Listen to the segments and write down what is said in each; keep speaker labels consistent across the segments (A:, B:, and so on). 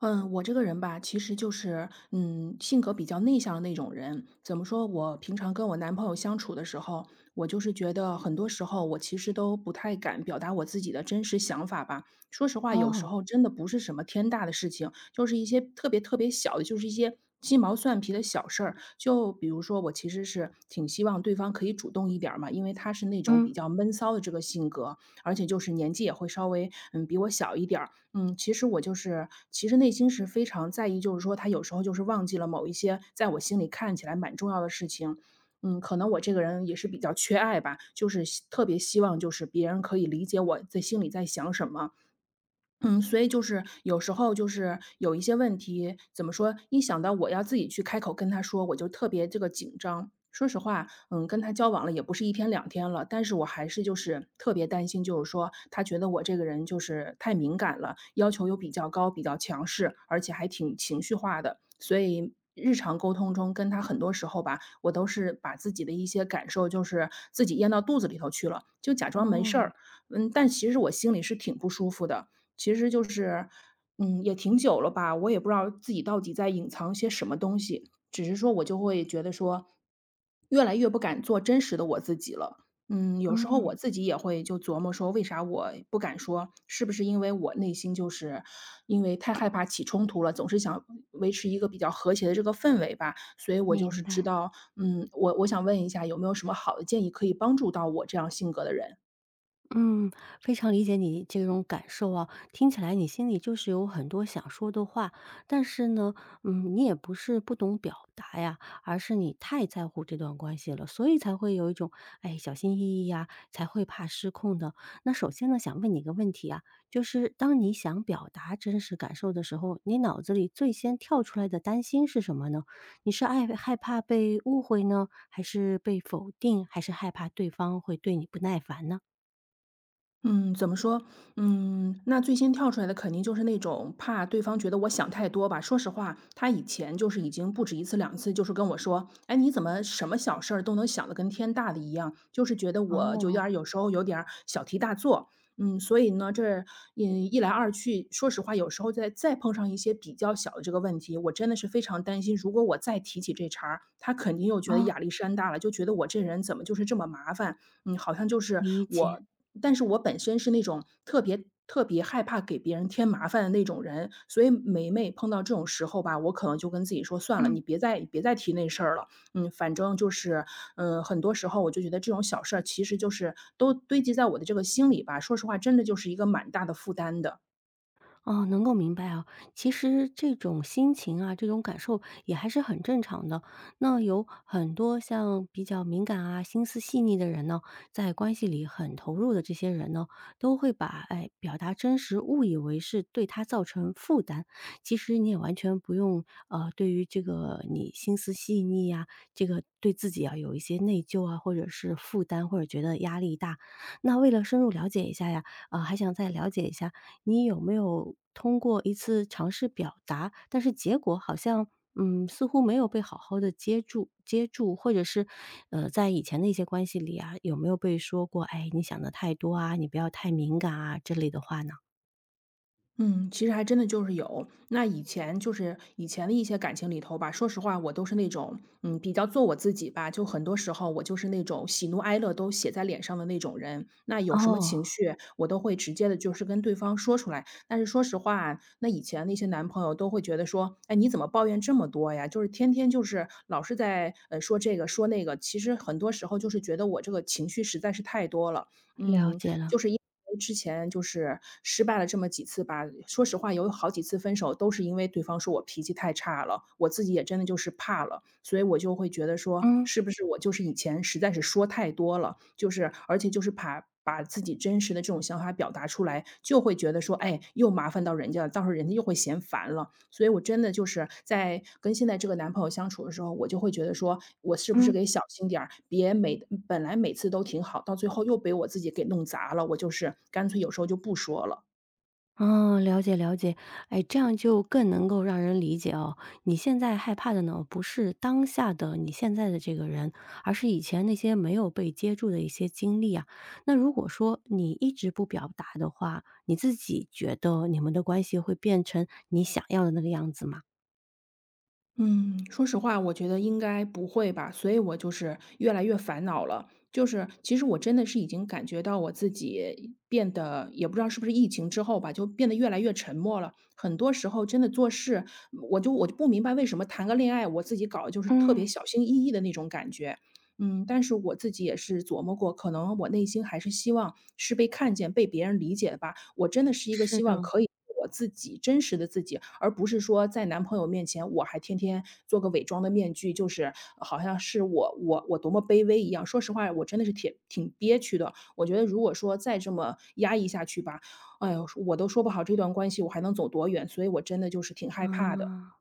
A: 嗯，我这个人吧，其实就是，性格比较内向的那种人。怎么说？我平常跟我男朋友相处的时候，我就是觉得很多时候我其实都不太敢表达我自己的真实想法吧。说实话，有时
B: 哦。
A: 候真的不是什么天大的事情，就是一些特别特别小的，就是一些鸡毛蒜皮的小事儿。就比如说，我其实是挺希望对方可以主动一点儿嘛，因为他是那种
B: 嗯。
A: 比较闷骚的这个性格，而且就是年纪也会稍微比我小一点儿。其实我就是其实内心是非常在意，就是说他有时候就是忘记了某一些在我心里看起来蛮重要的事情。可能我这个人也是比较缺爱吧，就是特别希望就是别人可以理解我在心里在想什么。所以就是有时候就是有一些问题，怎么说？一想到我要自己去开口跟他说，我就特别这个紧张。说实话，跟他交往了也不是一天两天了，但是我还是就是特别担心，就是说他觉得我这个人就是太敏感了，要求又比较高，比较强势，而且还挺情绪化的。所以日常沟通中跟他很多时候吧，我都是把自己的一些感受就是自己咽到肚子里头去了，就假装没事
B: 哦。
A: 儿。嗯，但其实我心里是挺不舒服的。其实就是，也挺久了吧，我也不知道自己到底在隐藏些什么东西，只是说我就会觉得说，越来越不敢做真实的我自己了。嗯，有时候
B: 嗯，
A: 我自己也会就琢磨说，为啥我不敢说？是不是因为我内心就是因为太害怕起冲突了，总是想维持一个比较和谐的这个氛围吧？所以我就
B: 明
A: 是知
B: 白。
A: 道，嗯，我想问一下，有没有什么好的建议可以帮助到我这样性格的人？
B: 嗯，非常理解你这种感受啊，听起来你心里就是有很多想说的话，但是呢，你也不是不懂表达呀，而是你太在乎这段关系了，所以才会有一种哎小心翼翼呀，才会怕失控的。那首先呢，想问你一个问题啊，就是当你想表达真实感受的时候，你脑子里最先跳出来的担心是什么呢？你是爱害怕被误会呢，还是被否定，还是害怕对方会对你不耐烦呢？
A: 嗯，怎么说？那最先跳出来的肯定就是那种怕对方觉得我想太多吧。说实话，他以前就是已经不止一次两次，就是跟我说：“哎，你怎么什么小事儿都能想的跟天大的一样？”就是觉得我就有
B: 哦。
A: 点儿有时候有点儿小题大做。所以呢，这一来二去，说实话，有时候再碰上一些比较小的这个问题，我真的是非常担心，如果我再提起这茬儿，他肯定又觉得
B: 啊，
A: 压力山大了，就觉得我这人怎么就是这么麻烦，嗯，好像就是
B: 理解。
A: 我但是我本身是那种特别特别害怕给别人添麻烦的那种人，所以每每碰到这种时候吧，我可能就跟自己说：“算了，
B: 嗯。
A: 你别再提那事儿了。”嗯，反正就是，很多时候我就觉得这种小事儿其实就是都堆积在我的这个心里吧，说实话，真的就是一个蛮大的负担的。
B: 哦，能够明白啊。其实这种心情啊，这种感受也还是很正常的。那有很多像比较敏感啊、心思细腻的人呢，在关系里很投入的这些人呢，都会把哎表达真实误以为是对他造成负担。其实你也完全不用对于这个你心思细腻呀、这个对自己啊有一些内疚啊，或者是负担，或者觉得压力大。那为了深入了解一下呀，还想再了解一下。你有没有通过一次尝试表达，但是结果好像，嗯，似乎没有被好好的接住，或者是，在以前的一些关系里啊，有没有被说过，哎，你想的太多啊，你不要太敏感啊，之类的话呢？
A: 嗯，其实还真的就是有。那以前就是以前的一些感情里头吧，说实话，我都是那种，比较做我自己吧。就很多时候，我就是那种喜怒哀乐都写在脸上的那种人。那有什么
B: 哦，
A: 情绪，我都会直接的，就是跟对方说出来。但是说实话，那以前那些男朋友都会觉得说，哎，你怎么抱怨这么多呀？就是天天就是老是在说这个说那个。其实很多时候就是觉得我这个情绪实在是太多了。
B: 了
A: 嗯，
B: 解
A: 就
B: 了。
A: 是因为之前就是失败了这么几次吧，说实话有好几次分手都是因为对方说我脾气太差了，我自己也真的就是怕了，所以我就会觉得说，
B: 嗯。
A: 是不是我就是以前实在是说太多了，就是而且就是把自己真实的这种想法表达出来，就会觉得说，哎，又麻烦到人家了，到时候人家又会嫌烦了。所以我真的就是在跟现在这个男朋友相处的时候，我就会觉得说，我是不是
B: 嗯。
A: 得小心点儿，别每本来每次都挺好，到最后又被我自己给弄砸了，我就是干脆有时候就不说了。
B: 哦，了解了解，哎，这样就更能够让人理解哦。你现在害怕的呢，不是当下的你现在的这个人，而是以前那些没有被接住的一些经历啊。那如果说你一直不表达的话，你自己觉得你们的关系会变成你想要的那个样子吗？
A: 嗯，说实话，我觉得应该不会吧，所以我就是越来越烦恼了。就是其实我真的是已经感觉到我自己变得，也不知道是不是疫情之后吧，就变得越来越沉默了。很多时候真的做事，我就不明白为什么谈个恋爱，我自己搞得就是特
B: 嗯，
A: 别小心翼翼的那种感觉。嗯，但是我自己也是琢磨过，可能我内心还是希望是被看见、被别人理解的吧。我真的是一个
B: 是
A: 希
B: 的。
A: 望可以做我自己真实的自己，而不是说在男朋友面前，我还天天做个伪装的面具，就是好像是我多么卑微一样。说实话，我真的是挺憋屈的。我觉得如果说再这么压抑下去吧，哎呦，我都说不好这段关系我还能走多远，所以我真的就是挺害怕的。
B: 啊。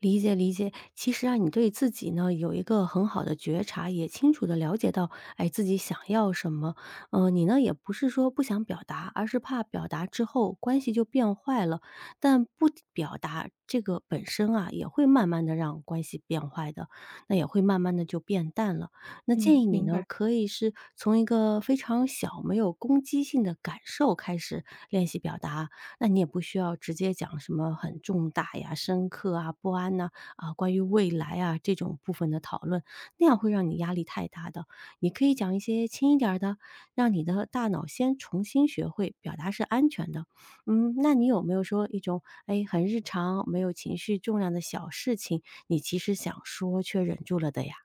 B: 理解理解。其实啊，你对自己呢有一个很好的觉察，也清楚的了解到，哎，自己想要什么。你呢也不是说不想表达，而是怕表达之后关系就变坏了。但不表达这个本身啊，也会慢慢的让关系变坏的，那也会慢慢的就变淡了。那建
A: 嗯，
B: 议你
A: 明
B: 呢，
A: 白。
B: 可以是从一个非常小、没有攻击性的感受开始练习表达。那你也不需要直接讲什么很重大呀、深刻啊、不安呐、啊，关于未来啊这种部分的讨论，那样会让你压力太大的。你可以讲一些轻一点儿的，让你的大脑先重新学会表达是安全的。嗯，那你有没有说一种哎很日常、没有情绪重量的小事情，你其实想说却忍住了的呀？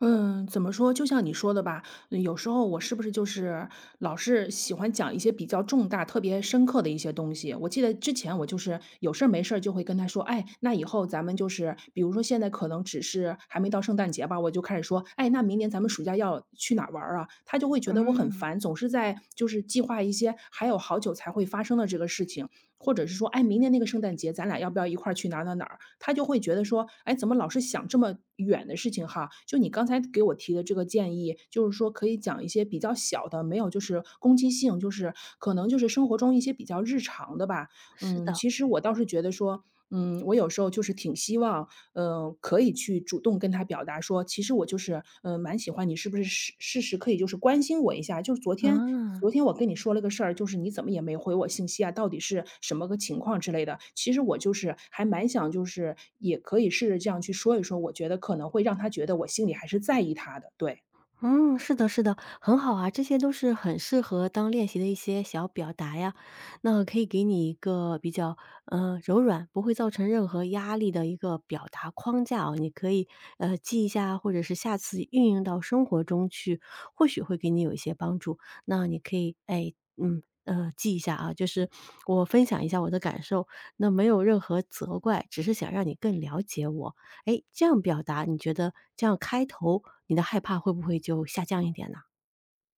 A: 嗯，怎么说？就像你说的吧，有时候我是不是就是老是喜欢讲一些比较重大、特别深刻的一些东西？我记得之前我就是有事儿没事儿就会跟他说，哎，那以后咱们就是，比如说现在可能只是还没到圣诞节吧，我就开始说，哎，那明年咱们暑假要去哪儿玩儿啊？他就会觉得我很
B: 嗯，
A: 烦，总是在就是计划一些还有好久才会发生的这个事情。或者是说，哎，明年那个圣诞节咱俩要不要一块儿去哪儿哪儿哪儿？他就会觉得说，哎，怎么老是想这么远的事情哈？就你刚才给我提的这个建议，就是说可以讲一些比较小的，没有就是攻击性，就是可能就是生活中一些比较日常的吧。
B: 是的。
A: 其实我倒是觉得说，我有时候就是挺希望可以去主动跟他表达说，其实我就是，蛮喜欢你，是不是事实可以就是关心我一下？就是昨天
B: 嗯。
A: 昨天我跟你说了个事儿，就是你怎么也没回我信息啊，到底是什么个情况之类的。其实我就是还蛮想就是也可以试着这样去说一说，我觉得可能会让他觉得我心里还是在意他的，对。
B: 嗯，是的，是的，很好啊，这些都是很适合当练习的一些小表达呀。那可以给你一个比较，嗯，柔软，不会造成任何压力的一个表达框架哦。你可以，记一下，或者是下次运用到生活中去，或许会给你有一些帮助。那你可以，哎，记一下啊，就是我分享一下我的感受，那没有任何责怪，只是想让你更了解我。哎，这样表达，你觉得这样开头，你的害怕会不会就下降一点呢？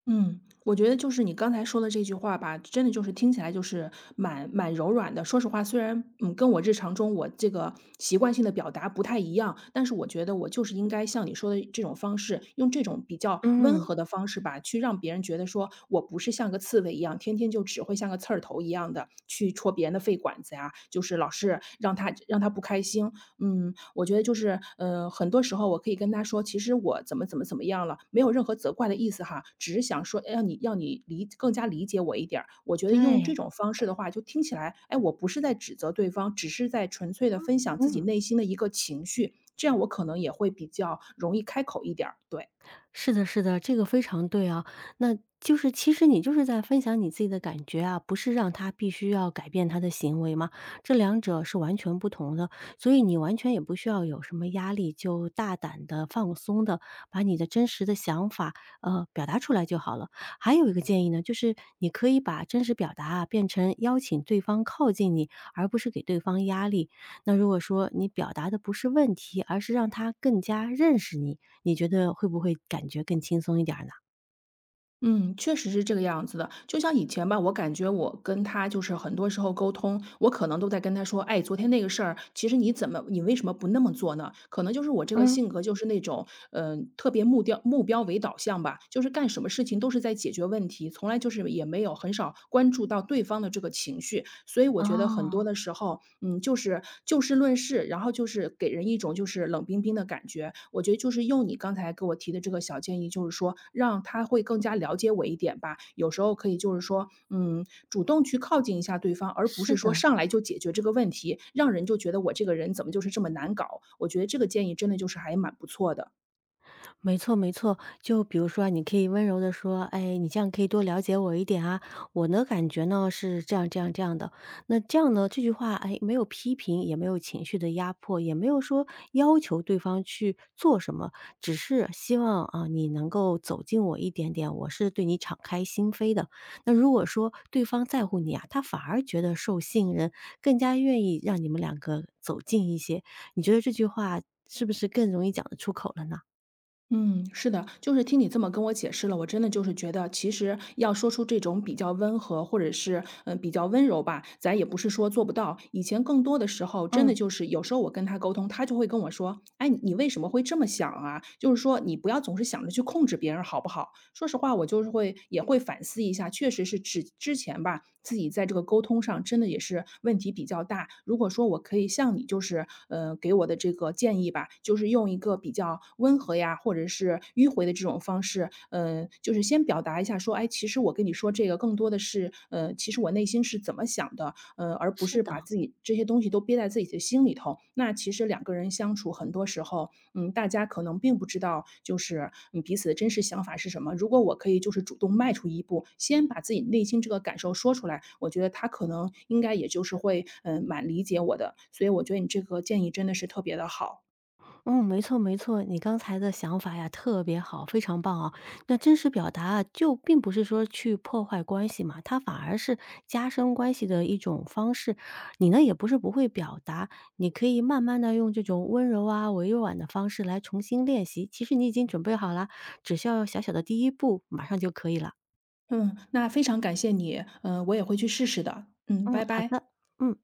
A: 嗯，我觉得就是你刚才说的这句话吧，真的就是听起来就是蛮柔软的。说实话，虽然跟我日常中我这个习惯性的表达不太一样，但是我觉得我就是应该像你说的这种方式，用这种比较温
B: 嗯，
A: 和的方式吧，去让别人觉得说我不是像个刺猬一样，天天就只会像个刺儿头一样的去戳别人的肺管子呀，就是老是让他不开心。嗯，我觉得就是，很多时候我可以跟他说，其实我怎么怎么怎么样了，没有任何责怪的意思哈，只是想说，哎，让你更加理解我一点儿。我觉得用这
B: 对。
A: 种方式的话，就听起来，哎，我不是在指责对方，只是在纯粹的分享自己
B: 嗯。
A: 内心的一个情绪，这样我可能也会比较容易开口一点儿，对。
B: 是的，是的，这个非常对啊。那就是其实你就是在分享你自己的感觉啊，不是让他必须要改变他的行为嘛，这两者是完全不同的。所以你完全也不需要有什么压力，就大胆的、放松的把你的真实的想法，表达出来就好了。还有一个建议呢，就是你可以把真实表达啊，变成邀请对方靠近你，而不是给对方压力。那如果说你表达的不是问题，而是让他更加认识你，你觉得会不会感觉更轻松一点儿呢？
A: 嗯，确实是这个样子的。就像以前吧，我感觉我跟他就是很多时候沟通，我可能都在跟他说："哎，昨天那个事儿，其实你为什么不那么做呢？"可能就是我这个
B: 嗯。
A: 性格就是那种，嗯，特别目标为导向吧，就是干什么事情都是在解决问题，从来就是也没有很少关注到对方的这个情绪。所以我觉得很多
B: 哦，
A: 的时候，嗯，就是就事论事，然后就是给人一种就是冷冰冰的感觉。我觉得就是用你刚才给我提的这个小建议，就是说让他会更加了解我一点吧。有时候可以就是说，嗯，主动去靠近一下对方，而不
B: 是
A: 是说
B: 的。
A: 上来就解决这个问题，让人就觉得我这个人怎么就是这么难搞。我觉得这个建议真的就是还蛮不错的。
B: 没错，没错。就比如说啊你可以温柔的说："哎，你这样可以多了解我一点啊，我呢感觉呢是这样这样这样的。"那这样呢，这句话，哎，没有批评，也没有情绪的压迫，也没有说要求对方去做什么，只是希望啊你能够走近我一点点，我是对你敞开心扉的。那如果说对方在乎你啊，他反而觉得受信任，更加愿意让你们两个走近一些。你觉得这句话是不是更容易讲得出口了呢？
A: 嗯，是的，就是听你这么跟我解释了，我真的就是觉得，其实要说出这种比较温和，或者是比较温柔吧，咱也不是说做不到。以前更多的时候，真的
B: 嗯。
A: 就是有时候我跟他沟通，他就会跟我说："哎，你为什么会这么想啊？就是说你不要总是想着去控制别人，好不好？"说实话，我就是会也会反思一下，确实是之前吧，自己在这个沟通上真的也是问题比较大。如果说我可以像你就是，给我的这个建议吧，就是用一个比较温和呀，或者是迂回的这种方式，就是先表达一下说，哎，其实我跟你说这个更多的是，其实我内心是怎么想的，而不
B: 是
A: 是把
B: 的。
A: 自己这些东西都憋在自己的心里头。那其实两个人相处，很多时候，嗯，大家可能并不知道，就是嗯彼此的真实想法是什么。如果我可以就是主动迈出一步，先把自己内心这个感受说出来，我觉得他可能应该也就是会，蛮理解我的。所以我觉得你这个建议真的是特别的好。
B: 嗯，没错没错，你刚才的想法呀，特别好，非常棒啊！那真实表达啊，就并不是说去破坏关系嘛，它反而是加深关系的一种方式。你呢，也不是不会表达，你可以慢慢的用这种温柔啊、委婉的方式来重新练习。其实你已经准备好了，只需要小小的第一步，马上就可以了。
A: 嗯，那非常感谢你，嗯，我也会去试试的。嗯，
B: 嗯，
A: 拜
B: 好
A: 拜。
B: 的。嗯。